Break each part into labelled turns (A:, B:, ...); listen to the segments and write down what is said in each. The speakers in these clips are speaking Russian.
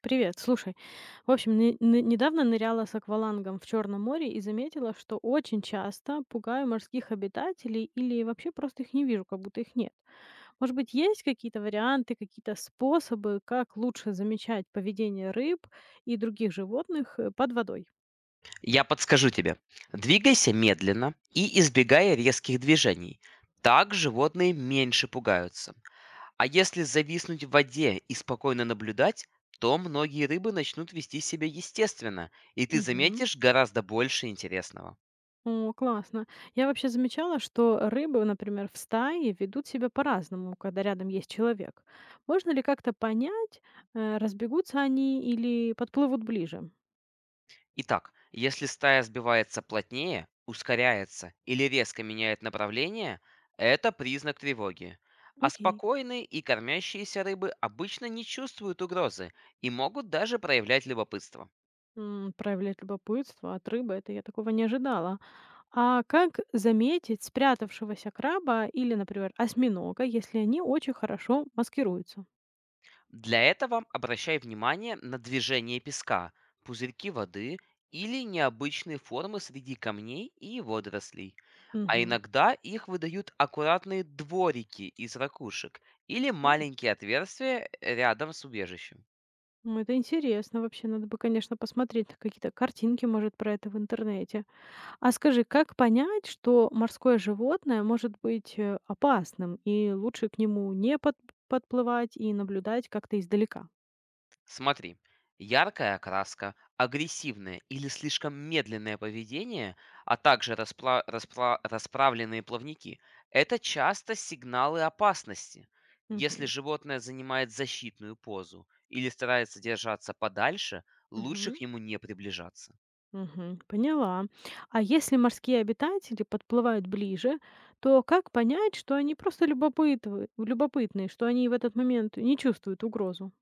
A: Привет, слушай. В общем, недавно ныряла с аквалангом в Черном море и заметила, что очень часто пугаю морских обитателей или вообще просто их не вижу, как будто их нет. Может быть, есть какие-то варианты, какие-то способы, как лучше замечать поведение рыб и других животных под водой?
B: Я подскажу тебе. Двигайся медленно и избегай резких движений. Так животные меньше пугаются. А если зависнуть в воде и спокойно наблюдать, то многие рыбы начнут вести себя естественно, и ты заметишь гораздо больше интересного.
A: О, классно. Я вообще замечала, что рыбы, например, в стае ведут себя по-разному, когда рядом есть человек. Можно ли как-то понять, разбегутся они или подплывут ближе?
B: Итак, если стая сбивается плотнее, ускоряется или резко меняет направление, это признак тревоги. А
A: Окей.
B: спокойные и кормящиеся рыбы обычно не чувствуют угрозы и могут даже проявлять любопытство.
A: М, проявлять любопытство от рыбы, это я такого не ожидала. А как заметить спрятавшегося краба или, например, осьминога, если они очень хорошо маскируются?
B: Для этого обращай внимание на движение песка, пузырьки воды или необычные формы среди камней и водорослей. А
A: Мгм.
B: иногда их выдают аккуратные дворики из ракушек или
A: Ну,
B: маленькие отверстия рядом с убежищем.
A: ну, это интересно вообще. Надо бы, конечно, посмотреть какие-то картинки, может, про это в интернете. А скажи, как понять, что морское животное может быть опасным, и лучше к нему не под- подплывать и наблюдать как-то издалека?
B: Смотри, яркая окраска, агрессивное или слишком медленное поведение, а также расправленные плавники — это часто сигналы опасности. Если
A: Мгм.
B: животное занимает защитную позу или старается держаться подальше, лучше
A: Мгм.
B: к нему не приближаться.
A: Мгм. Поняла. А если морские обитатели подплывают ближе, то как понять, что они просто любопытные, что они в этот момент не чувствуют угрозу?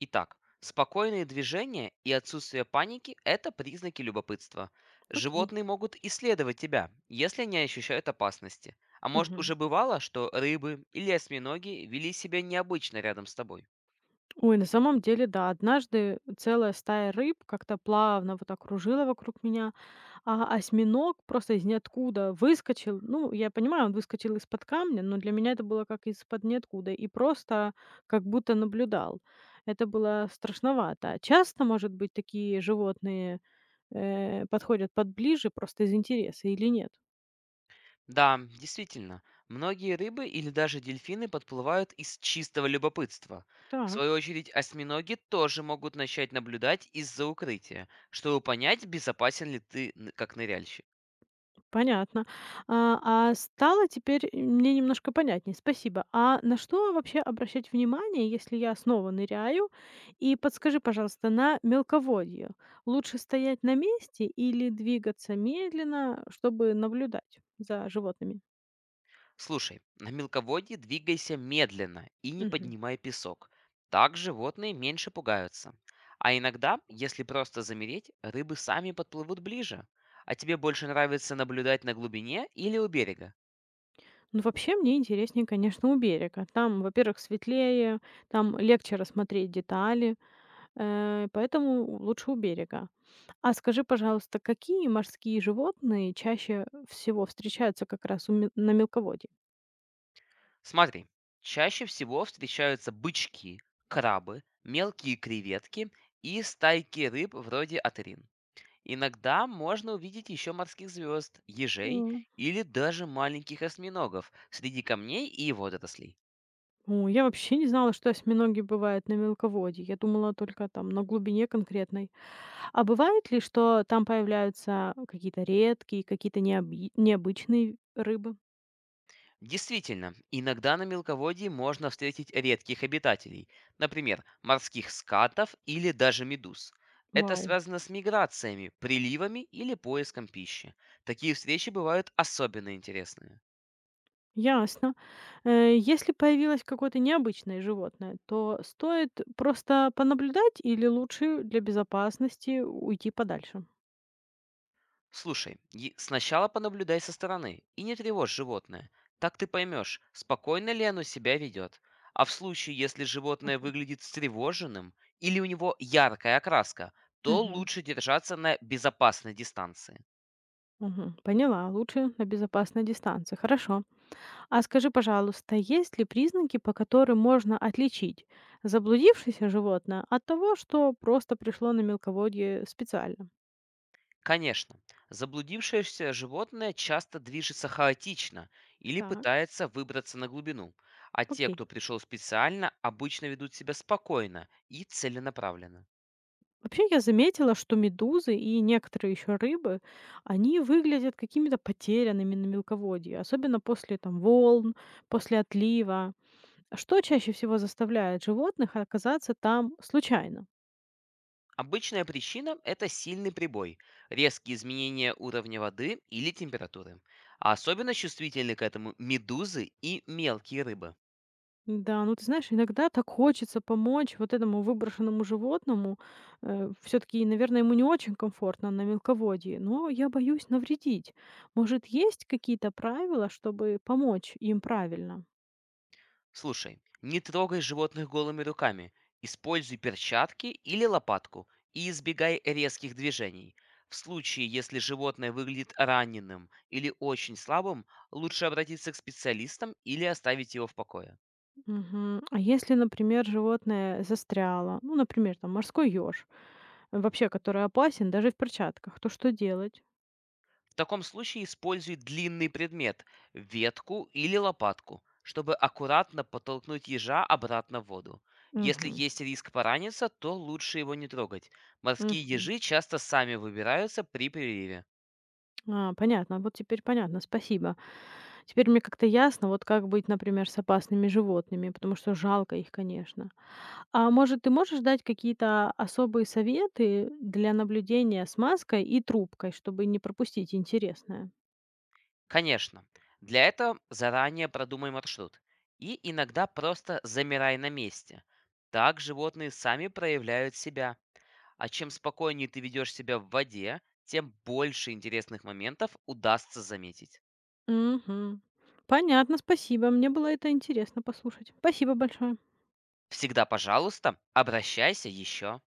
B: Итак, спокойные движения и отсутствие паники — это признаки любопытства.
A: Окей.
B: Животные могут исследовать тебя, если не ощущают опасности. А может
A: Мгм.
B: уже бывало, что рыбы или осьминоги вели себя необычно рядом с тобой?
A: Ой, на самом деле, да, однажды целая стая рыб как-то плавно вот окружила вокруг меня. А осьминог просто из ниоткуда выскочил. Ну, я понимаю, он выскочил из-под камня, но для меня это было как из-под ниоткуда. И просто как будто наблюдал. Это было страшновато. А часто, может быть, такие животные подходят подближе просто из интереса или нет?
B: Да, действительно, многие рыбы или даже дельфины подплывают из чистого любопытства. В
A: Так.
B: свою очередь, осьминоги тоже могут начать наблюдать из-за укрытия, чтобы понять, безопасен ли ты как ныряльщик.
A: Понятно. А стало теперь мне немножко понятнее. Спасибо. А на что вообще обращать внимание, если я снова ныряю? И подскажи, пожалуйста, на мелководье лучше стоять на месте или двигаться медленно, чтобы наблюдать за животными?
B: Слушай, на мелководье двигайся медленно и не
A: Мгм.
B: поднимай песок. Так животные меньше пугаются. А иногда, если просто замереть, рыбы сами подплывут ближе. А тебе больше нравится наблюдать на глубине или у берега?
A: Ну, вообще мне интереснее, конечно, у берега. Там, во-первых, светлее, там легче рассмотреть детали, поэтому лучше у берега. А скажи, пожалуйста, какие морские животные чаще всего встречаются как раз на мелководье?
B: Смотри, чаще всего встречаются бычки, крабы, мелкие креветки и стайки рыб вроде атерин. Иногда можно увидеть еще морских звезд, ежей
A: М.
B: или даже маленьких осьминогов среди камней и водорослей.
A: О, я вообще не знала, что осьминоги бывают на мелководье. Я думала только там на глубине конкретной. А бывает ли, что там появляются какие-то редкие, какие-то необычные рыбы?
B: Действительно, иногда на мелководье можно встретить редких обитателей, например, морских скатов или даже медуз. Это
A: Вау,
B: связано с миграциями, приливами или поиском пищи. Такие встречи бывают особенно интересными.
A: ясно. Если появилось какое-то необычное животное, то стоит просто понаблюдать или лучше для безопасности уйти подальше?
B: Слушай, и сначала понаблюдай со стороны и не тревожь животное. Так ты поймешь, спокойно ли оно себя ведет. А в случае, если животное выглядит встревоженным или у него яркая окраска, то
A: Мгм.
B: лучше держаться на безопасной дистанции.
A: Мгм. Поняла. Лучше на безопасной дистанции. Хорошо. А скажи, пожалуйста, есть ли признаки, по которым можно отличить заблудившееся животное от того, что просто пришло на мелководье специально?
B: Конечно, заблудившееся животное часто движется хаотично или
A: Так,
B: пытается выбраться на глубину, а те,
A: окей.
B: кто пришел специально, обычно ведут себя спокойно и целенаправленно.
A: Вообще я заметила, что медузы и некоторые еще рыбы, они выглядят какими-то потерянными на мелководье, особенно после там волн, после отлива. Что чаще всего заставляет животных оказаться там случайно?
B: Обычная причина — это сильный прибой, резкие изменения уровня воды или температуры, а особенно чувствительны к этому медузы и мелкие рыбы.
A: Да, ну ты знаешь, иногда так хочется помочь вот этому выброшенному животному. Все-таки, наверное, ему не очень комфортно на мелководье, но я боюсь навредить. Может, есть какие-то правила, чтобы помочь им правильно?
B: Слушай, не трогай животных голыми руками. Используй перчатки или лопатку и избегай резких движений. В случае, если животное выглядит раненым или очень слабым, лучше обратиться к специалистам или оставить его в покое.
A: Мгм. А если, например, животное застряло, ну, например, там морской еж, вообще, который опасен даже в перчатках, то что делать?
B: В таком случае используй длинный предмет — ветку или лопатку, чтобы аккуратно подтолкнуть ежа обратно в воду. Если
A: Мгм.
B: есть риск пораниться, то лучше его не трогать. Морские
A: Мгм.
B: ежи часто сами выбираются при приливе.
A: А, понятно. Вот теперь понятно, спасибо. Теперь мне как-то ясно, вот как быть, например, с опасными животными, потому что жалко их, конечно. А может, ты можешь дать какие-то особые советы для наблюдения с маской и трубкой, чтобы не пропустить интересное?
B: Конечно. Для этого заранее продумай маршрут. И иногда просто замирай на месте. Так животные сами проявляют себя. А чем спокойнее ты ведешь себя в воде, тем больше интересных моментов удастся заметить.
A: Мгм. Понятно, спасибо. Мне было это интересно послушать. Спасибо большое.
B: Всегда, пожалуйста, обращайся еще.